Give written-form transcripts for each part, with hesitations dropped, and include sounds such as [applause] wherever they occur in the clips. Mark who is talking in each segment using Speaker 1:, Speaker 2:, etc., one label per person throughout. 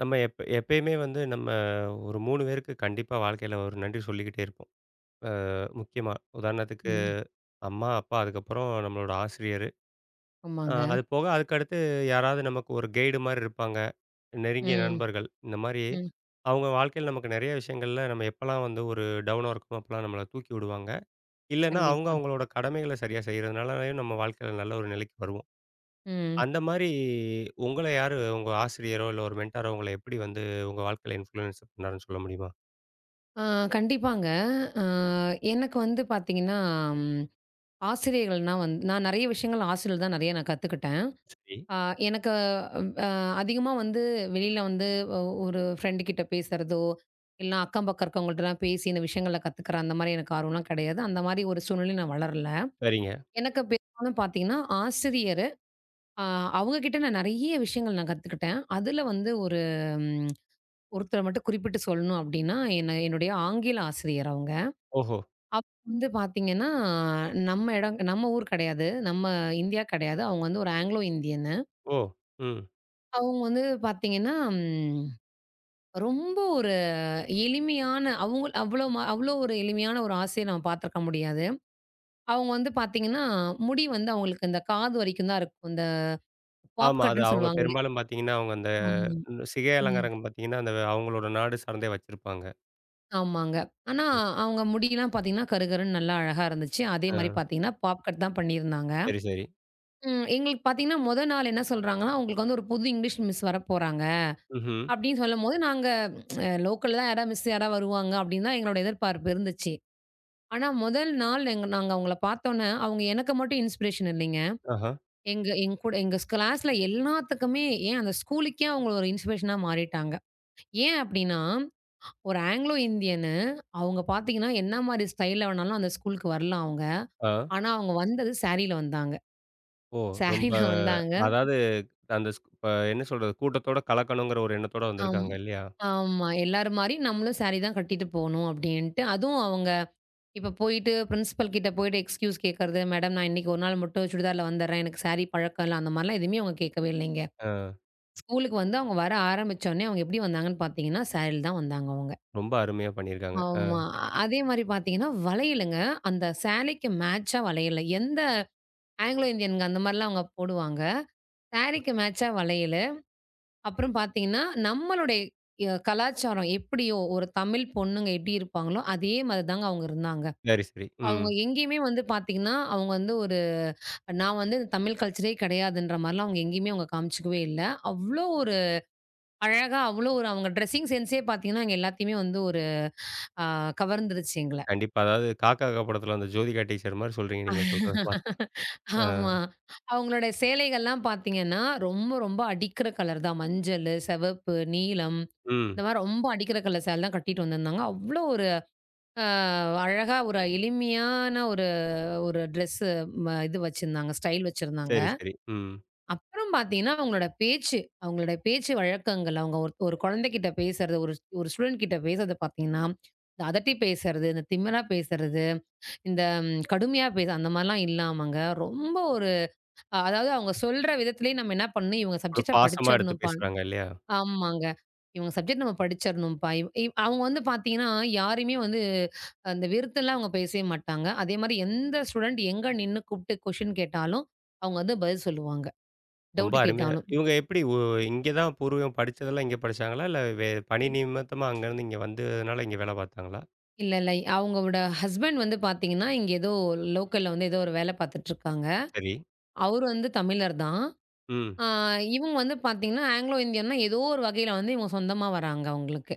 Speaker 1: நம்ம எப்ப எப்பயுமே வந்து நம்ம ஒரு 3 பேருக்கு கண்டிப்பா வாழ்க்கையில ஒரு நன்றி சொல்லிக்கிட்டே இருப்போம். முக்கியமா உதாரணத்துக்கு
Speaker 2: ம்.
Speaker 1: அம்மா, அப்பா, அதுக்கப்புறம் நம்மளோட ஆசிரியர்.
Speaker 2: ஆமாங்க.
Speaker 1: அது போக அதுக்கடுத்து யாராவது நமக்கு ஒரு கைடு மாரி இருப்பாங்க. நெருங்கிய
Speaker 2: ம்,
Speaker 1: நண்பர்கள். இந்த மாரி
Speaker 2: ம்.
Speaker 1: அவங்க வாழ்க்கையில நமக்கு நெறைய விஷயங்கள்ல நம்ம எப்பலாம் வந்து ஒரு டவுனா இருக்கோமோ, அப்பலாம் நம்மள தூக்கி விடுவாங்க. இல்லன்னா அவங்க
Speaker 2: கண்டிப்பா.
Speaker 1: அவங்களோட கடமைகள சரியா செய்றதுனாலயும் நம்ம வாழ்க்கையில நல்ல ஒரு நிலைக்கு வருவோம்.
Speaker 2: ம்.
Speaker 1: அந்த மாரி உங்கள யாரு உங்க ஆசிரியரோ, இல்ல ஒரு மென்டாரோ உங்கள எப்படி வந்து உங்க வாழ்க்கையில இன்ஃப்ளூயன்ஸ் பண்ணாருன்னு சொல்ல முடியுமா?
Speaker 2: ஆ கண்டிப்பாங்க. அ எனக்கு வந்து பார்த்தீங்கன்னா, ம் ஆசிரியர்கள்னா வந்து நான் நெறைய விஷயங்கள் ஆசிரியர்கள் தான் நெறைய நான் கத்துக்கிட்டேன்.
Speaker 1: சரி.
Speaker 2: அ எனக்கு அ அதிகமா வந்து வெளியில வந்து ஒ ஒரு ஃப்ரெண்டு கிட்ட பேசுறதோ, இல்லனா அக்கம் பக்கம் இருக்கவங்கள்ட்டலாம் பேசி இந்த விஷயங்கள கத்துக்கிறேன், அந்த மாரி எனக்கு ஆர்வம்லாம் கிடையாது. அந்த மாரி ஒரு சூழ்நிலையில நான் வளரல.
Speaker 1: சரிங்க.
Speaker 2: எனக்கு பெரும்பாலும் பார்த்தீங்கன்னா, ஆசிரியரு அ அவங்க கிட்ட நான் நெறைய விஷயங்கள் நான் கத்துக்கிட்டேன். அதுல வந்து ஒருத்தர மட்டும் குறிப்பிட்டு சொல்லணும் அப்டின்னா, என்ன என்னுடைய ஆங்கில ஆசிரியர் அவங்க.
Speaker 1: ஓஹோ!
Speaker 2: அப்ப வந்து பார்த்தீங்கன்னா, நம்ம இடம் நம்ம ஊர் கிடையாது. நம்ம இந்தியா கிடையாது. அவங்க வந்து ஒரு ஆங்கிலோ இந்தியன்னு.
Speaker 1: ஓ! ம்.
Speaker 2: அவங்க வந்து பார்த்தீங்கன்னா, ம் ரொம்ப ஒரு எளிமையான அவங்க அவ்ளோ ஒரு எளிமையான ஒரு ஆசைய நம்ம பார்த்துருக்க முடியாது. அவங்க வந்து பார்த்தீங்கன்னா, முடி வந்து அவங்களுக்கு இந்த காது வரைக்கும் தான் இருக்கும். இந்த பாப்
Speaker 1: ஆமா. அது
Speaker 2: கட்டுன்னு
Speaker 1: அவங்க
Speaker 2: சொல்லுவாங்க இல்லையா?
Speaker 1: பெரும்பாலும் பார்த்தீங்கன்னா, அவங்க அந்த
Speaker 2: ஆமா.
Speaker 1: சிகை
Speaker 2: ம்.
Speaker 1: அலங்காரங்கள் பார்த்தீங்கன்னா, அந்த அவங்களோட நாடு சார்ந்தே வச்சிருப்பாங்க.
Speaker 2: ஆமாங்க. ஆனா, அவங்க முடியெல்லாம் பார்த்தீங்கன்னா, கருகருன்னு நல்லா அழகா இருந்துச்சு. அதே மாரி
Speaker 1: ஆ.
Speaker 2: பார்த்தீங்கன்னா, பாப் கட் தான் பண்ணியிருந்தாங்க.
Speaker 1: சரி, சரி.
Speaker 2: ம். எங்களுக்கு பார்த்தீங்கன்னா, மொத நாள் என்ன சொல்றாங்கன்னா, "உங்களுக்கு வந்து ஒரு புது இங்கிலீஷ் மிஸ் வரப்போறாங்க."
Speaker 1: ம்ஹ்ம்.
Speaker 2: அப்படின்னு சொல்லும்போது, நாங்க லோக்கல்ல தான் யாராவது மிஸ் யாராவது வருவாங்க அப்படின்னு தான் எங்களோட எதிர்பார்ப்பு இருந்துச்சு. ஆனா, முதல் நாள் எங்க நாங்க அவங்கள பார்த்தோன்னே, அவங்க எனக்கு மட்டும் இன்ஸ்பிரேஷன் இல்லைங்க.
Speaker 1: ஆஹா.
Speaker 2: எங்க எங்க கூட எங்க கிளாஸ்ல எல்லாத்துக்குமே ஏன் அந்த ஸ்கூலுக்கே அவங்க ஒரு இன்ஸ்பிரேஷனா மாறிட்டாங்க. ஏன் அப்படின்னா, ஒரு ஆங்கிலோ இந்தியன்னு அவங்க பார்த்தீங்கன்னா, என்ன மாரி ஸ்டைல்ல வேணாலும் அந்த ஸ்கூலுக்கு வரலாம் அவங்க.
Speaker 1: ஆ.
Speaker 2: ஆனா, அவங்க வந்தது சாரியில வந்தாங்க.
Speaker 1: ஓ! ரொம்ப
Speaker 2: சாரியில வந்தாங்க.
Speaker 1: அதாவது அந்த இப்ப என்ன சொல்றது? கூட்டத்தோட கலக்கணுங்கிற ஒரு எண்ணத்தோட
Speaker 2: ஆமா.
Speaker 1: வந்திருக்காங்க இல்லையா?
Speaker 2: ஆமா. எல்லார் மாரியும் நம்மளும் சாரி தான் கட்டிட்டு போணும் அப்படின்ட்டு. அதுவும் அவங்க இப்ப போயிட்டு பிரின்சிபல் கிட்ட போயிட்டு எக்ஸ்கியூஸ் கேட்கறது, மேடம் நான் இன்னைக்கு ஒரு நாள் மட்டும் சுடிதார்ல வந்துடுறேன். எனக்கு சாரி பழக்கம் இல்ல. அந்த மாரிலாம் எதுவுமே அவங்க கேட்கவே இல்லைங்க.
Speaker 1: ஆ.
Speaker 2: ஸ்கூலுக்கு வந்து அவங்க வர ஆரம்பிச்சோனே அவங்க எப்படி வந்தாங்கன்னு பார்த்தீங்கன்னா, சாரில தான் வந்தாங்க அவங்க.
Speaker 1: ரொம்ப அருமையா பண்ணியிருக்காங்க. ஆ.
Speaker 2: ஆமா. அதே மாரி பார்த்தீங்கன்னா, வளையலுங்க. அந்த சாரிக்கு மேட்சா வளையல். எந்த ஆங்கிலோ இந்தியன்ங்க அந்த மாரிலாம் அவங்க போடுவாங்க. சாரிக்கு மேட்சா வளையல். அப்புறம் பார்த்தீங்கன்னா, நம்மளுடைய கலாச்சாரம் எப்படியோ ஒரு தமிழ் பொண்ணுங்க எப்படி இருப்பாங்களோ, அதே மாதிரி தாங்க அவங்க இருந்தாங்க.
Speaker 1: சரி, சரி. ம்.
Speaker 2: அவங்க எங்கேயுமே வந்து பார்த்தீங்கன்னா, அவங்க வந்து ஒரு நான் வந்து இந்த தமிழ் கல்ச்சரே கிடையாதுன்ற மாரிலாம் அவங்க எங்கேயுமே அவங்க காமிச்சுக்கவே இல்ல. அவ்ளோ ஒரு அழகா, அவ்ளோ ஒரு அவங்க ட்ரெஸ்ஸிங் சென்ஸே பார்த்தீங்கன்னா, எங்க எல்லாத்தையுமே வந்து ஒரு ஆ கவர்ந்துருச்சு எங்கள.
Speaker 1: கண்டிப்பா. அதாவது காக்கா கா படத்துல அந்த ஜோதிகா டீச்சர் மாரி சொல்றீங்க நீங்க சொல்றத பார்த்து.
Speaker 2: [laughs]
Speaker 1: ஆ.
Speaker 2: ஆமா. அவங்களுடைய சேலைகள்லாம் பார்த்தீங்கன்னா, ரொம்ப ரொம்ப அடிக்கிற கலர் தான். மஞ்சளு, சிவப்பு, நீலம்
Speaker 1: ம்.
Speaker 2: இந்த மாரி ரொம்ப அடிக்கிற கலர் சேலை தான் கட்டிட்டு வந்திருந்தாங்க. அவ்ளோ ஒரு அ அழகா ஒரு எளிமையான ஒரு ஒரு ட்ரெஸ்ஸு இது வச்சிருந்தாங்க. ஸ்டைல் வச்சிருந்தாங்க.
Speaker 1: சரி, சரி. ம்.
Speaker 2: அப்புறம் பார்த்தீங்கன்னா, அவங்களோட பேச்சு, அவங்களோட பேச்சு வழக்கங்கள், அவங்க ஒரு ஒரு குழந்தைகிட்ட பேசுறது, ஒரு ஒரு ஸ்டூடண்ட் கிட்ட பேசுறது பார்த்தீங்கன்னா, இந்த அதட்டி பேசுறது, இந்த திமிரா பேசுறது, இந்த கடுமையா பேச அந்த மாரிலாம் இல்லாமங்க, ரொம்ப ஒரு அதாவது அவங்க சொல்ற விதத்திலேயே நம்ம என்ன பண்ணணும், இவங்க
Speaker 1: ஒரு
Speaker 2: சப்ஜெக்ட்ட
Speaker 1: பாசமா எடுத்து
Speaker 2: படிச்சிரணும்ப்பா.
Speaker 1: பேசுறாங்க இல்லையா?
Speaker 2: ஆமாங்க. இவங்க சப்ஜெக்ட் நம்ம படிச்சரணும்ப்பா. இவ் இவ் அவங்க வந்து பார்த்தீங்கன்னா, யாரையுமே வந்து அந்த வெறுத்துலாம் அவங்க பேசவே மாட்டாங்க. அதேமாரி எந்த ஸ்டூடெண்ட் எங்க நின்னு கூப்ட்டு கொஸ்டின் கேட்டாலும், அவங்க வந்து பதில் சொல்லுவாங்க.
Speaker 1: ரொம்ப
Speaker 2: டவுட்
Speaker 1: அருமையா
Speaker 2: கேட்டாலும்.
Speaker 1: இவங்க எப்படி இங்க தான் பூர்வீகம் படிச்சதெல்லாம் இங்க படிச்சாங்களா? இல்ல பணி
Speaker 2: இ-
Speaker 1: நிமித்தமா அங்கருந்து இங்க வந்ததுனால இங்க வேலை பார்த்தாங்களா?
Speaker 2: இல்ல, இல்ல. அவங்களோட ஹஸ்பண்ட் வந்து பார்த்தீங்கன்னா, இங்க ஏதோ லோக்கல்ல வந்து ஏதோ ஒரு வேல பார்த்துட்டுருக்காங்க.
Speaker 1: சரி.
Speaker 2: அவரு வந்து தமிழர் தான்.
Speaker 1: ம்.
Speaker 2: ஆ இவங்க வந்து பார்த்தீங்கன்னா, ஆங்கிலோ இந்தியன்னா ஏதோ ஒரு வகையில வந்து இவங்க சொந்தமா வராங்க அவங்களுக்கு.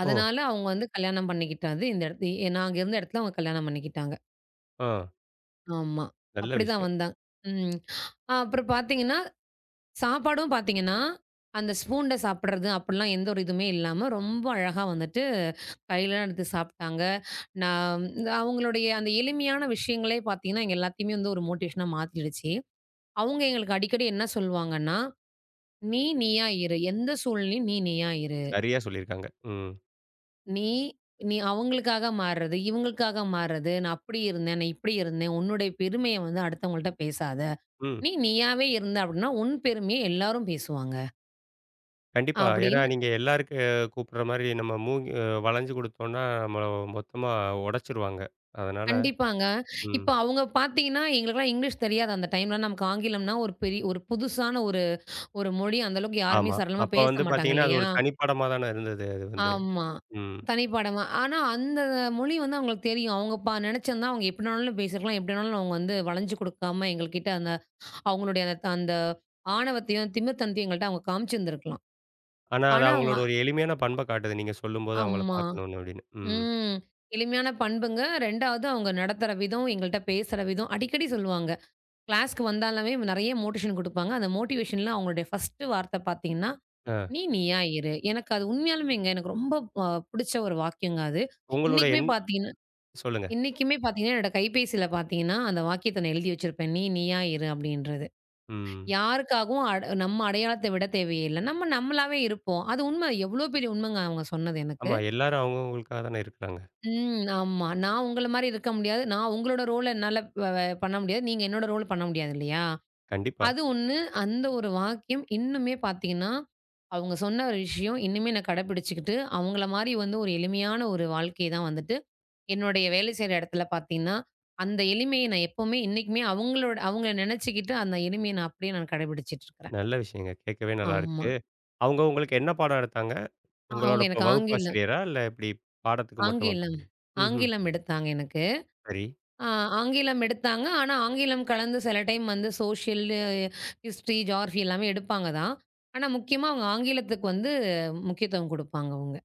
Speaker 1: ஓ!
Speaker 2: அதனால அவங்க வந்து கல்யாணம் பண்ணிக்கிட்டது இந்த இடத்து நாங்க இருந்த இடத்துல அவங்க கல்யாணம் பண்ணிக்கிட்டாங்க.
Speaker 1: ஆ.
Speaker 2: ஆமா.
Speaker 1: நல்ல
Speaker 2: அப்படிதான்
Speaker 1: விஷயம்.
Speaker 2: வந்தாங்க. ம். அப்புறம் பார்த்தீங்கன்னா, சாப்பாடும் பார்த்தீங்கன்னா, அந்த ஸ்பூன்ல சாப்பிடுறது அப்படிலாம் எந்த ஒரு இதுவுமே இல்லாம, ரொம்ப அழகா வந்துட்டு கையிலலாம் எடுத்து சாப்பிட்டாங்க. நான் இந்த அவங்களுடைய அந்த எளிமையான விஷயங்களே பார்த்தீங்கன்னா, எங்க எல்லாத்தையுமே வந்து ஒரு மோட்டிவேஷனா மாத்திடுச்சு. அவங்க எங்களுக்கு அடிக்கடி என்ன சொல்லுவாங்கன்னா, "நீ நீயா இரு. எந்த சூழ்நிலையும் நீ நீயா இரு.
Speaker 1: சரியா சொல்லியிருக்காங்க. ம்.
Speaker 2: நீ நீ அவங்களுக்காக மாறுறது, இவங்களுக்காக மாறுறது. நான் அப்படி இருந்தேன், நான் இப்படி இருந்தேன். உன்னுடைய பெருமைய வந்து அடுத்தவங்கள்ட்ட பேசாத."
Speaker 1: ம்.
Speaker 2: நீ நீயாவே இருந்த அப்படின்னா, உன் பெருமைய எல்லாரும் பேசுவாங்க.
Speaker 1: கண்டிப்பா. ஏன்னா
Speaker 2: அப்படின்னு
Speaker 1: நீங்க எல்லாருக்கு கூப்பிடுற மாரி நம்ம மூங்கி வளைஞ்சு குடுத்தோம்னா, நம்மள மொத்தமா உடைச்சுருவாங்க. அதனால
Speaker 2: கண்டிப்பாங்க.
Speaker 1: ம்.
Speaker 2: இப்ப அவங்க பார்த்தீங்கன்னா, எங்களுக்கெல்லாம் இங்கிலீஷ் தெரியாது அந்த டைம்ல. நமக்கு ஆங்கிலம்னா ஒரு பெரிய ஒரு புதுசான ஒரு ஒரு மொழி. அந்த அளவுக்கு யாருமே
Speaker 1: ஆமா.
Speaker 2: சரளமா
Speaker 1: அப்ப வந்து
Speaker 2: பேச மாட்டாங்க
Speaker 1: பார்த்தீங்கன்னா, அது ஒரு
Speaker 2: இல்லையா?
Speaker 1: தனிப்படமா தானே இருந்தது அது வந்து.
Speaker 2: ஆமா.
Speaker 1: ம்.
Speaker 2: தனி பாடமா. ஆனா அந்த மொழி வந்து அவங்களுக்கு தெரியும். அவங்க நெனச்சிருந்தா அவங்க எப்படினாலும் பேசிருக்கலாம். எப்படினாலும் அவங்க வந்து வளைஞ்சு கொடுக்காம எங்கள்கிட்ட அந்த அவங்களுடைய அந்த அந்த ஆணவத்தையும், திமிர்த்தனத்தையும் எங்கள்ட்ட அவங்க காமிச்சிருந்திருக்கலாம்.
Speaker 1: ஆனா அது
Speaker 2: ஆனா அவங்க
Speaker 1: அவங்களோட ஒரு எளிமையான பண்ப காட்டுது. நீங்க சொல்லும்போது அவங்கள
Speaker 2: ஆமா.
Speaker 1: பார்க்கணும்னு அப்படின்னு. ம்.
Speaker 2: ம். எளிமையான பண்புங்க. 2வது அவங்க நடத்துற விதம், எங்கள்ட்ட பேசுற விதம். அடிக்கடி சொல்லுவாங்க. கிளாஸ்க்கு வந்தாலுமே நெறைய மோட்டிவேஷன் குடுப்பாங்க. அந்த மோட்டிவேஷன்ல அவங்களுடைய 1 வார்த்தை பார்த்தீங்கன்னா,
Speaker 1: ஆ.
Speaker 2: "நீ நீயா இரு." எனக்கு அது உண்மையாலுமேங்க எனக்கு ரொம்ப புடிச்ச ஒரு வாக்கியங்க அது.
Speaker 1: உங்களோட
Speaker 2: இன்னைக்குமே பார்த்தீங்கன்னா
Speaker 1: சொல்லுங்க.
Speaker 2: இன்னைக்குமே பார்த்தீங்கன்னா, என்னோட கைபேசியில பார்த்தீங்கன்னா, அந்த வாக்கியத்த நான் எழுதி வச்சிருப்பேன். "நீ நீயா இரு." அப்படின்றது.
Speaker 1: ம்.
Speaker 2: யாருக்காகவும் அட நம்ம அடையாளத்த விட தேவையே இல்ல. நம்ம நம்மளாவே இருப்போம். அது உண்ம. எவ்வளோ பெரிய உண்மைங்க அவங்க சொன்னது எனக்கு.
Speaker 1: ஆமா. எல்லாரும் அவங்க அவங்களுக்காக தானே இருக்கிறாங்க.
Speaker 2: ம். ஆமா. நான் உங்கள மாரி இருக்க முடியாது. நான் உங்களோட ரோல என்னால வ வ பண்ண முடியாது. நீங்க என்னோட ரோல் பண்ண முடியாது இல்லையா?
Speaker 1: கண்டிப்பா.
Speaker 2: அது ஒண்ணு. அந்த ஒரு வாக்கியம் இன்னுமே பார்த்தீங்கன்னா, அவங்க சொன்ன ஒரு விஷயம் இன்னுமே நான் கடைபிடிச்சுக்கிட்டு, அவங்கள மாரி வந்து ஒரு எளிமையான ஒரு வாழ்க்கை தான் வந்துட்டு, என்னுடைய வேலை செய்ற இடத்துல பார்த்தீங்கன்னா, அந்த எளிமைய நான் எப்பவுமே இன்னைக்குமே அவங்களோட அவங்கள நினைச்சுக்கிட்டு அந்த எளிமைய நான் அப்படியே நான் கடைபிடிச்சுட்டு இருக்கிறேன்.
Speaker 1: நல்ல விஷயங்க. கேட்கவே
Speaker 2: ஆமா.
Speaker 1: நல்லாருக்கு. அவங்க உங்களுக்கு என்ன பாடம் எடுத்தாங்க? உங்களோட
Speaker 2: அவங்க
Speaker 1: இப்ப
Speaker 2: எனக்கு ஆங்கிலம்
Speaker 1: வகுப்பாசிரியரா? இல்ல எப்படி பாடத்துக்கு மட்டும் வந்து
Speaker 2: ஆங்கிலம்
Speaker 1: ம்ஹ்ம்.
Speaker 2: ஆங்கிலம் எடுத்தாங்க எனக்கு.
Speaker 1: சரி.
Speaker 2: ஆ ஆங்கிலம் எடுத்தாங்க. ஆனா, ஆங்கிலம் கலந்து சில டைம் வந்து சோஷியல், ஹிஸ்ட்ரி, ஜியாகிரஃபி எல்லாமே எடுப்பாங்க தான். ஆனா, முக்கியமா அவங்க ஆங்கிலத்துக்கு வந்து முக்கியத்துவம் குடுப்பாங்க அவங்க.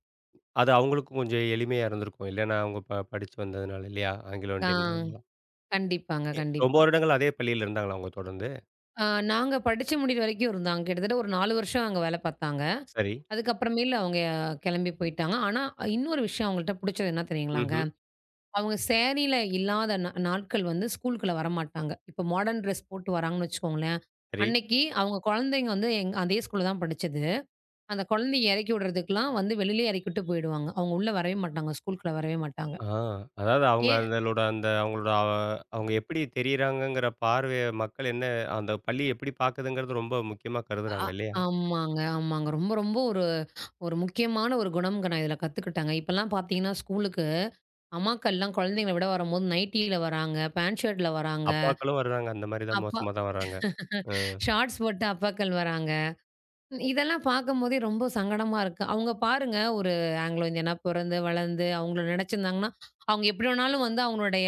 Speaker 1: அது அவங்களுக்கும் கொஞ்சம் எளிமையா இருந்திருக்கும். இல்லைன்னா அவங்க படிச்சு வந்ததுனால இல்லையா? ஆங்கிலோ
Speaker 2: ஆ
Speaker 1: இண்டியன்ங்கிறதுனால.
Speaker 2: கண்டிப்பாங்க,
Speaker 1: ரொம்ப
Speaker 2: கண்டிப்பா.
Speaker 1: வருடங்கள் அதே பள்ளியில இருந்தாங்களா அவங்க தொடர்ந்து?
Speaker 2: ஆ நாங்க படிச்சு முடியிற வரைக்கும் இருந்தாங்க. கிட்டத்தட்ட ஒரு 4 வருஷம் அங்க வேல பார்த்தாங்க.
Speaker 1: சரி.
Speaker 2: அதுக்கப்புறமேலு அவங்க கெளம்பி போயிட்டாங்க. ஆனா, இன்னொரு விஷயம் அவங்கள்ட்ட புடிச்சது என்ன தெரியுங்களாங்க?
Speaker 1: ம்ஹ்ம்.
Speaker 2: அவங்க சேரில இல்லாத நாட்கள் வந்து ஸ்கூலுக்குள்ள வரமாட்டாங்க. இப்போ மாடர்ன் ட்ரெஸ் போட்டு வராங்கன்னு வச்சுக்கோங்களேன்.
Speaker 1: சரி.
Speaker 2: அன்னைக்கு அவங்க குழந்தைங்க வந்து அதே ஸ்கூல்ல தான் படிச்சது. அந்த குழந்தைய இறக்கி விடுறதுக்குலாம் வந்து வெளியிலேயே இறக்கி விட்டு போயிடுவாங்க. அவங்க உள்ள வரவே மாட்டாங்க. ஸ்கூலுக்குள்ள வரவே மாட்டாங்க.
Speaker 1: ஆ. அதாவது அவங்க
Speaker 2: ஏன்
Speaker 1: அதலோட அந்த அவங்களோட அவங்க எப்படி தெரியிறாங்கங்கிற பார்வைய மக்கள் என்ன அந்த பள்ளி எப்படி பாக்குதுங்கிறது ரொம்ப முக்கியமா
Speaker 2: அ
Speaker 1: கருதுறாங்க இல்லையா?
Speaker 2: ஆமாங்க, ஆமாங்க. ரொம்ப, ரொம்ப ஒரு ஒரு முக்கியமான ஒரு குணம்ங்க நான் இதில கத்துக்கிட்டேங்க. இப்பலாம் பார்த்தீங்கன்னா, ஸ்கூலுக்கு அம்மாக்கள்லாம் குழந்தைங்கள விட வரும்போது நைட்டியில வராங்க, பேண்ட் ஷர்ட்ல வராங்க,
Speaker 1: அப்பாக்களும் வர்றாங்க. அந்த மாரி தான்
Speaker 2: அப்பா
Speaker 1: மோசமா தான் வர்றாங்க. அ
Speaker 2: ஷார்ட்ஸ் போட்டு அப்பாக்கள் வராங்க. இதெல்லாம் பார்க்கும்போதே ரொம்ப சங்கடமா இருக்கு. அவங்க பாருங்க ஒரு ஆங்கிலோ இந்தியனா பிறந்து, வளர்ந்து அவங்கள நினைச்சிருந்தாங்கன்னா, அவங்க எப்படி வேணாலும் வந்து அவங்களுடைய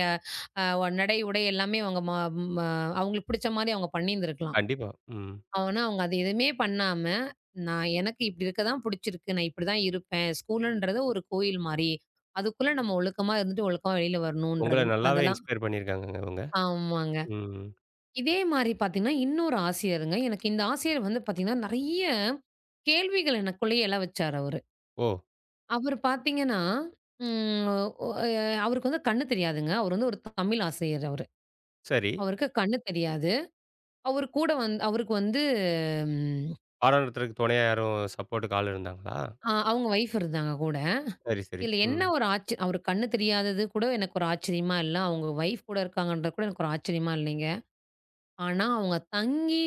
Speaker 2: அ நடை, உடை எல்லாமே அவங்க ம ம அவங்களுக்கு பிடிச்ச மாரி அவங்க பண்ணியிருந்திருக்கலாம்.
Speaker 1: கண்டிப்பா. ம்.
Speaker 2: ஆனா அவங்க அது எதுவுமே பண்ணாம, நான் எனக்கு இப்படி இருக்க தான் பிடிச்சிருக்கு. நான் இப்படிதான் இருப்பேன். ஸ்கூலுன்றது ஒரு கோயில் மாரி. அதுக்குள்ள நம்ம ஒழுக்கமா இருந்துட்டு, ஒழுக்கமா வெளியில
Speaker 1: உங்கள
Speaker 2: வரணுன்றது.
Speaker 1: நல்லாவே
Speaker 2: அதெல்லாம்
Speaker 1: இன்ஸ்பயர் பண்ணியிருக்காங்கங்க இவங்க.
Speaker 2: ஆமாங்க.
Speaker 1: ம்.
Speaker 2: இதே மாரி பார்த்தீங்கன்னா, இன்னொரு ஆசிரியருங்க. எனக்கு இந்த ஆசிரியர் வந்து பார்த்தீங்கன்னா, நெறைய கேள்விகள் எனக்குள்ளேயே எழ வச்சாரு அவரு.
Speaker 1: ஓ!
Speaker 2: அவரு பார்த்தீங்கன்னா, ம் ஒ எ அவருக்கு வந்து கண்ணு தெரியாதுங்க. அவரு வந்து ஒரு தமிழ் ஆசிரியர் அவரு.
Speaker 1: சரி.
Speaker 2: அவருக்கு கண்ணு தெரியாது. அவரு கூட வந்து அவருக்கு வந்து ம்
Speaker 1: பாடம் நடத்துறதுக்கு துணையா யாரும் சப்போர்ட்டுக்கு ஆள் இருந்தாங்களா?
Speaker 2: அ அவங்க ஒய்ஃப் இருந்தாங்க கூட.
Speaker 1: சரி, சரி.
Speaker 2: இதுல என்ன
Speaker 1: ம்.
Speaker 2: ஒரு ஆச்ச அவருக்கு கண்ணு தெரியாதது கூட எனக்கு ஒரு ஆச்சரியமா இல்ல. அவங்க ஒய்ஃப் கூட இருக்காங்கன்றது கூட எனக்கு ஒரு ஆச்சரியமா இல்லைங்க. ஆனா, அவங்க தங்கி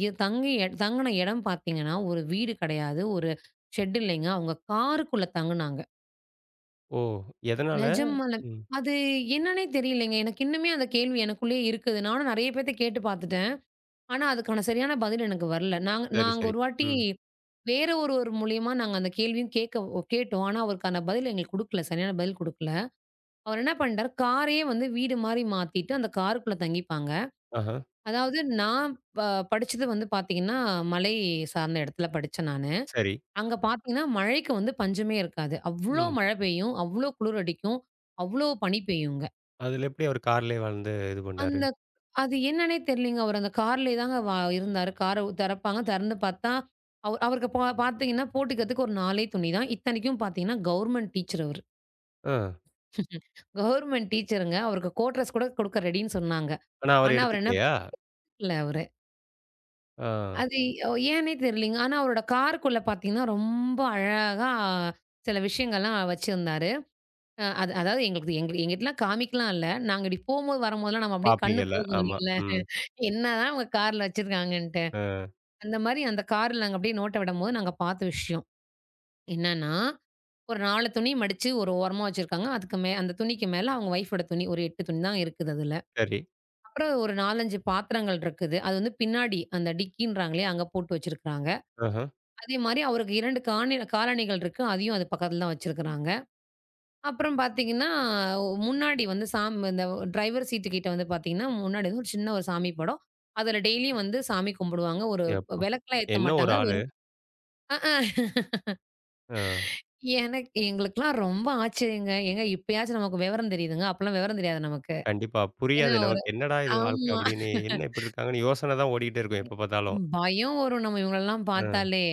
Speaker 2: இ தங்கி தங்குன இடம் பார்த்தீங்கன்னா, ஒரு வீடு கிடையாது. ஒரு ஷெட் இல்லைங்க. அவங்க காருக்குள்ள தங்குனாங்க.
Speaker 1: ஓ! எதனால?
Speaker 2: நிஜமாலும்.
Speaker 1: ம்.
Speaker 2: அது என்னன்னே தெரியலைங்க. எனக்கு இன்னுமே அந்த கேள்வி எனக்குள்ளேயே இருக்குது. நானும் நெறைய பேத்த கேட்டு பார்த்துட்டேன். ஆனா, அதுக்கான சரியான பதில் எனக்கு வரல. நாங்க
Speaker 1: சரி,
Speaker 2: நாங்க
Speaker 1: சரி.
Speaker 2: ஒரு வாட்டி
Speaker 1: ம்.
Speaker 2: வேற ஒருவர் மூலியமா நாங்க அந்த கேள்வியும் கேட்டோம். ஆனா, அவருக்கான பதில் எங்களுக்கு குடுக்கல. சரியான பதில் குடுக்கல. அவர் என்ன பண்ணிட்டாரு, காரையே வந்து வீடு மாரி மாத்திட்டு அந்த காருக்குள்ள தங்கிப்பாங்க.
Speaker 1: ஆஹா.
Speaker 2: அதாவது நான் ப படிச்சது வந்து பார்த்தீங்கன்னா, மலை சார்ந்த இடத்துல படிச்சேன் நானு.
Speaker 1: சரி.
Speaker 2: அங்க பார்த்தீங்கன்னா, மழைக்கு வந்து பஞ்சமே இருக்காது. அவ்ளோ
Speaker 1: ம்.
Speaker 2: மழை பெய்யும், அவ்ளோ குளிர் அடிக்கும், அவ்ளோ பனி பெய்யுங்க.
Speaker 1: அதுல எப்படி அவர் கார்லயே வளர்ந்து இது பண்ணாரு?
Speaker 2: அந்த அது என்னன்னே தெரியலங்க. அவர் அந்த கார்லயே தாங்க இருந்தாரு. கார திறப்பாங்க. திறந்து பார்த்தா, அவருக்கு பார்த்தீங்கன்னா, போட்டுக்கிறதுக்கு ஒரு 4 துணி தான். இத்தனைக்கும் பார்த்தீங்கன்னா, கவர்மெண்ட் டீச்சர் அவரு.
Speaker 1: ஆ.
Speaker 2: கவர்மெண்ட் டீச்சருங்க. அவருக்கு கோட் ட்ரெஸ் கூட குடுக்க ரெடின்னு சொன்னாங்க.
Speaker 1: ஆனா அவர்
Speaker 2: ஆனா, அவர் என்ன
Speaker 1: எடுத்துக்கலையா?
Speaker 2: பண்ணல அவரு.
Speaker 1: ஆ.
Speaker 2: அது ஏன்னே தெரியலங்க. ஆனா அவரோட காருக்குள்ள பார்த்தீங்கன்னா, ரொம்ப அழகா சில விஷயங்கள்லாம் வச்சிருந்தாரு. அ அது அதாவது எங்களுக்கு எங்க எங்கிட்டலாம் காமிக்கலாம் இல்ல. நாங்க இப்டி போம்போது, வரும்போதெல்லாம் நம்ம அப்படியே கண்ணு
Speaker 1: பார்ப்பீங்கல்ல.
Speaker 2: போகும்
Speaker 1: ஆமா.
Speaker 2: இல்லைங்களா?
Speaker 1: ம்.
Speaker 2: என்னதான் அவங்க கார்ல வச்சிருக்காங்கன்ட்டு.
Speaker 1: அ
Speaker 2: அந்த மாரி அந்த கார்ல நாங்க அப்படியே நோட்ட விடம்போது, நாங்க பார்த்த விஷயம். என்னன்னா, ஒரு 4 துணி மடிச்சு ஒரு ஓரமா வச்சிருக்காங்க. அதுக்கு மே அந்த துணிக்கு மேல அவங்க ஒய்ஃபோட துணி. ஒரு 8 துணி தான் இருக்குது அதுல.
Speaker 1: சரி.
Speaker 2: அப்புறம் ஒரு 4, 5 பாத்திரங்கள் இருக்குது. அது வந்து பின்னாடி அந்த டிக்கின்றாங்களே அங்க போட்டு வச்சிருக்காங்க.
Speaker 1: ஆஹா.
Speaker 2: அதே மாரி அவருக்கு 2 காணி காலணிகள் இருக்கு. அதையும் அது பக்கத்துல தான் வச்சிருக்கிறாங்க. அப்புறம் பார்த்தீங்கன்னா, முன்னாடி வந்து இந்த டிரைவர் சீட்டு கிட்ட வந்து பார்த்தீங்கன்னா, முன்னாடி வந்து ஒரு சின்ன ஒரு சாமி படம். அதுல டெய்லியும் வந்து சாமி கும்பிடுவாங்க. ஒரு
Speaker 1: எப்பா!
Speaker 2: விளக்குலாம் ஏத்த
Speaker 1: என்ன ஒரு
Speaker 2: மாட்டாங்க.
Speaker 1: ஆளு!
Speaker 2: வெறும் அஹ்ம்.
Speaker 1: ஆ.
Speaker 2: எனக்கு எங்களுக்கெல்லாம் ரொம்ப ஆச்சரியங்க. ஏங்க இப்பயாச்சும் நமக்கு விவரம் தெரியுதுங்க. அப்பலாம் விவரம் தெரியாது நமக்கு.
Speaker 1: கண்டிப்பா.
Speaker 2: ஏன்னா
Speaker 1: புரியாது.
Speaker 2: ஒரு
Speaker 1: நமக்கு என்னடா இது வாழ்க்கை
Speaker 2: ஆமா.
Speaker 1: அப்படின்னு, என்ன இப்படி இருக்காங்கன்னு யோசனை தான் ஓடிக்கிட்டே இருக்கும் எப்ப பார்த்தாலும்.
Speaker 2: பயம் வரும் நம்ம இவங்களெல்லாம்
Speaker 1: ஆ
Speaker 2: பார்த்தாலே.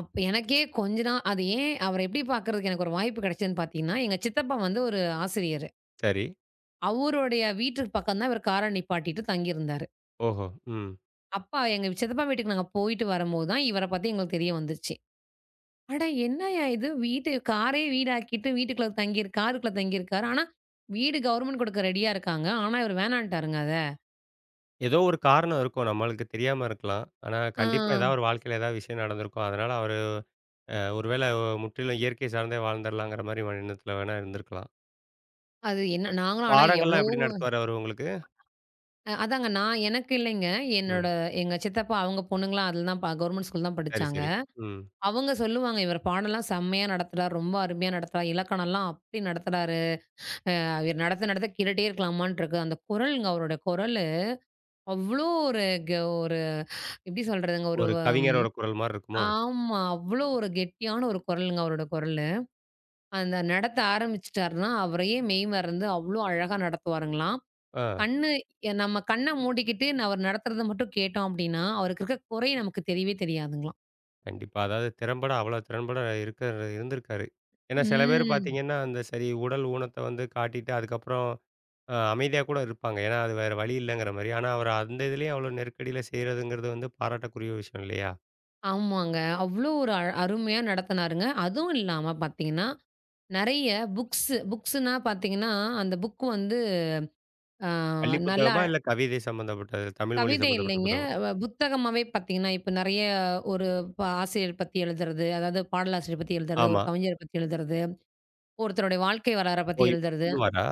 Speaker 2: அப்ப எனக்கே கொஞ்ச நாள் அது ஏன் அவர எப்படி பார்க்கறதுக்கு எனக்கு ஒரு வாய்ப்பு கிடைச்சதுன்னு பார்த்தீங்கன்னா, எங்க சித்தப்பா வந்து ஒரு ஆசிரியர்.
Speaker 1: சரி.
Speaker 2: அவருடைய வீட்டுக்கு பக்கம் தான் இவர் கார நிப்பாட்டிட்டு தங்கியிருந்தாரு.
Speaker 1: ஓஹோ! ம்.
Speaker 2: அப்பா எங்க சித்தப்பா வீட்டுக்கு நாங்க போயிட்டு வரும்போது தான் இவர பத்தி எங்களுக்கு தெரிய வந்துச்சு. அட என்னய்யா இது! வீட்டு காரே வீடாக்கிட்டு வீட்டுக்குள்ள தங்கியிரு காருக்குள்ள தங்கியிருக்காரு. ஆனா, வீடு கவர்மெண்ட் குடுக்க ரெடியா இருக்காங்க. ஆனா, இவரு வேணான்ட்டாருங்க அத.
Speaker 1: ஏதோ ஒரு காரணம் இருக்கும். நம்மளுக்கு தெரியாம இருக்கலாம். ஆனா
Speaker 2: ஆ
Speaker 1: கண்டிப்பா ஏதாவது ஒரு வாழ்க்கையில ஏதாவது விஷயம் நடந்திருக்கும். அதனால அவரு ஒருவேளை முற்றிலும் இயற்கை சார்ந்தே வாழ்ந்துரலாங்கிற மாரி எண்ணத்துல வேணா இருந்திருக்கலாம்.
Speaker 2: அது என்ன நாங்களும் ஆனா
Speaker 1: பாடங்கள்லாம்
Speaker 2: எவ்ளோ
Speaker 1: எப்படி நடத்துவாரு அவரு உங்களுக்கு?
Speaker 2: அ அதாங்க நான் எனக்கு இல்லைங்க. என்னோட
Speaker 1: ம்.
Speaker 2: எங்க சித்தப்பா அவங்க பொண்ணுங்கலாம் அதுல தான் கவர்மெண்ட் ஸ்கூல் தான்
Speaker 1: சரி,
Speaker 2: படிச்சாங்க.
Speaker 1: சரி. ம்.
Speaker 2: அவங்க சொல்லுவாங்க, "இவர் பாடம்லாம் செம்மையா நடத்துறார். ரொம்ப அருமையா நடத்துறார். இலக்கணம்லாம் அப்படி நடத்துறாரு." அவர் நடத்த நடத்த கேட்டுட்டே இருக்கலாமான்னு இருக்கு. அந்த குரல்ங்க அவருடைய குரலு, அவ்ளோ ஒரு கெ ஒரு எப்படி சொல்றதுங்க? ஒரு
Speaker 1: ஒரு
Speaker 2: வம்
Speaker 1: கவிஞரோட குரல் மாரி இருக்குமோ?
Speaker 2: ஆமா. அவ்ளோ ஒரு கெட்டியான ஒரு குரலுங்க அவரோட குரலு. அந்த நடத்த ஆரம்பிச்சுட்டாருன்னா, அவரையே மெய்மறந்து அவ்ளோ அழகா நடத்துவாருங்களாம்.
Speaker 1: ஆ
Speaker 2: கண்ணு எ நம்ம கண்ண மூடிக்கிட்டு அவர் நடத்துறத மட்டும் கேட்டோம் அப்டின்னா, அவருக்கு இருக்க குறை நமக்கு தெரியவே தெரியாதுங்களாம்.
Speaker 1: கண்டிப்பா. அதாவது திறம்பட அவ்வளோ திறம்பட இருக்க இருந்திருக்காரு. ஏன்னா சில பேர்
Speaker 2: ம்.
Speaker 1: பார்த்தீங்கன்னா, அந்த சரி உடல் ஊனத்த வந்து காட்டிட்டு அதுக்கப்புறம் அமைதியா கூட இருப்பாங்க. ஏன்னா, அது வேற வழி இல்லங்கிற மாரி. ஆனா, அவரு அந்த இதுலயும் அவ்வளோ நெருக்கடியில செய்றதுங்கிறது வந்து பாராட்டக்குரிய விஷயம் இல்லையா?
Speaker 2: ஆமாங்க. அவ்ளோ ஒரு அருமையா நடத்துனாருங்க. அதுவும் இல்லாம பார்த்தீங்கன்னா, நெறைய புக்ஸுன்னா பார்த்தீங்கன்னா, அந்த புக் வந்து ஆ
Speaker 1: பள்ளி
Speaker 2: நல்லா
Speaker 1: புத்தகமா?
Speaker 2: அழ-
Speaker 1: இல்ல கவிதை சம்மந்தப்பட்டது, தமிழ் மொழி
Speaker 2: கவிதை
Speaker 1: சம்மந்தப்பட்ட
Speaker 2: இல்லைங்க.
Speaker 1: புத்தகம்.
Speaker 2: புத்தகமாவே பார்த்தீங்கன்னா, இப்ப நெறைய ஒரு ஆசிரியர் பத்தி எழுதுறது, அதாவது பாடலாசிரியர் பத்தி எழுதுறது, ஒரு
Speaker 1: ஆமா.
Speaker 2: கவிஞர் பத்தி எழுதுறது, ஒருத்தருடைய வாழ்க்கை வரலாற
Speaker 1: ஓ!
Speaker 2: பத்தி
Speaker 1: இப்ப
Speaker 2: எழுதுறது,
Speaker 1: எழுதுவாரா?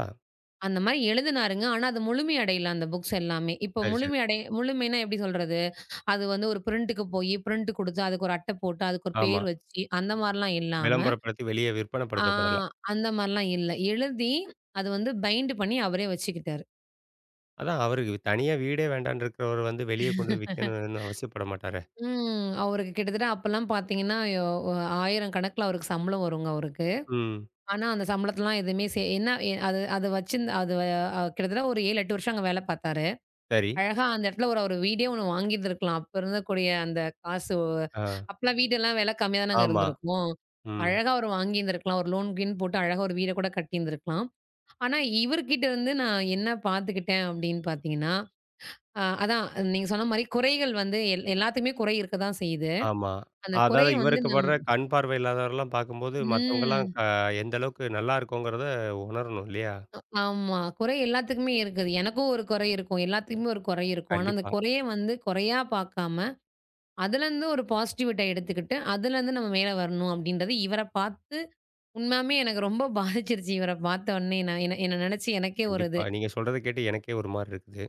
Speaker 2: அந்த மாரி எழுதினாருங்க. ஆனா, அது முழுமை அடையல அந்த புக்ஸ் எல்லாமே. இப்போ
Speaker 1: சரி, சரி.
Speaker 2: முழுமைன்னா எப்படி சொல்றது? அது வந்து ஒரு பிரிண்ட்டுக்கு போயி, பிரிண்ட் குடுத்து, அதுக்கு ஒரு அட்டை போட்டு, அதுக்கு ஒரு
Speaker 1: ஆமா.
Speaker 2: பேர் வச்சு, அந்த மாரிலாம் இல்லாம,
Speaker 1: விளம்பரப்படுத்தி வெளிய
Speaker 2: ஆ
Speaker 1: விற்பனைப்படுத்தப்படல.
Speaker 2: அந்த மாரிலாம் இல்ல. எழுதி, அது வந்து பைண்ட் பண்ணி அவரே வச்சுக்கிட்டாரு.
Speaker 1: அதான் அவருக்கு தனியா வீடே வேண்டான்னு இருக்கிறவரு வந்து வெளிய கொண்டு போய் விக்கணும்னு அவசியப்பட மாட்டாரே!
Speaker 2: ம். அவருக்கு கிட்டத்தட்ட அப்பலாம் பார்த்தீங்கன்னா, யோ ஒ 1000 கணக்குல அவருக்கு சம்பளம் வருங்க அவருக்கு.
Speaker 1: ம்.
Speaker 2: ஆனா, அந்த சம்பளத்தலாம் எதுவுமே சே என்ன எ அது அது வச்சிருந்த அது வ அ கிட்டத்தட்ட ஒரு 7, 8 வருஷம் அங்க வேலை பார்த்தாரு.
Speaker 1: சரி.
Speaker 2: அழகா அந்த இடத்துல ஒரு அவரு வீடே ஒண்ணு வாங்கியிருந்திருக்கலாம். அப்ப இருந்தக்கூடிய அந்த காசு
Speaker 1: ஆ.
Speaker 2: அப்பலாம் வீடெல்லாம் விலை கம்மியா தானங்க
Speaker 1: ஆமா.
Speaker 2: இருந்திருக்கும்.
Speaker 1: ம்.
Speaker 2: அழகா அவரு வாங்கியிருந்திருக்கலாம். ஒரு லோன் கீன் போட்டு அழகா ஒரு வீட கூட கட்டியிருந்திருக்கலாம். ஆனா, இவர்கிட்ட இருந்து நான் என்ன பார்த்துக்கிட்டேன் அப்படின்னு பார்த்தீங்கன்னா, அ அதான் நீங்க சொன்ன மாரி குறைகள் வந்து எல்லாத்துக்குமே குறை இருக்க தான் செய்யுது.
Speaker 1: ஆமா.
Speaker 2: அந்த
Speaker 1: அதாவது
Speaker 2: குறைய வந்து
Speaker 1: இவருக்கு படுற கண் பார்வை இல்லாதவர்லாம் பார்க்கும்போது, மத்தவங்கலாம்
Speaker 2: ம்.
Speaker 1: எந்த அளவுக்கு நல்லா இருக்கோங்கிறத உணரணும் இல்லையா?
Speaker 2: ஆமா. குறை எல்லாத்துக்குமே இருக்குது. எனக்கும் ஒரு குறை இருக்கும். எல்லாத்துக்குமே ஒரு குறை இருக்கும். ஆனா, அந்த
Speaker 1: கண்டிப்பா,
Speaker 2: குறைய வந்து குறையா பார்க்காம, அதுலருந்து ஒரு பாசிட்டிவிட்டா எடுத்துக்கிட்டு, அதுலருந்து நம்ம மேல வரணும் அப்படின்றது இவர பார்த்து உண்மையாமே எனக்கு ரொம்ப பாதிச்சிருச்சு. இவர பார்த்த உடனே நான் என்ன என்ன நினைச்சு எனக்கே ஒரு இது.
Speaker 1: கண்டிப்பா. நீங்க சொல்றத கேட்டு எனக்கே ஒரு மாரி இருக்குது.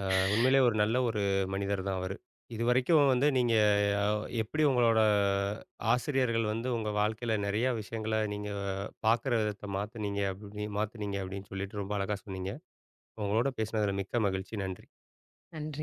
Speaker 1: அ உண்மையிலே ஒரு நல்ல ஒரு மனிதர் தான் அவரு. இதுவரைக்கும் வந்து நீங்க அ எப்படி உங்களோட ஆசிரியர்கள் வந்து உங்க வாழ்க்கையில நிறையா விஷயங்கள நீங்க பார்க்குற விதத்த மாத்துனீங்க அப்படி மாத்துனீங்க அப்படின்னு சொல்லிட்டு ரொம்ப அழகா சொன்னீங்க. உங்களோட பேசினதுல மிக்க மகிழ்ச்சி. நன்றி.
Speaker 2: நன்றி.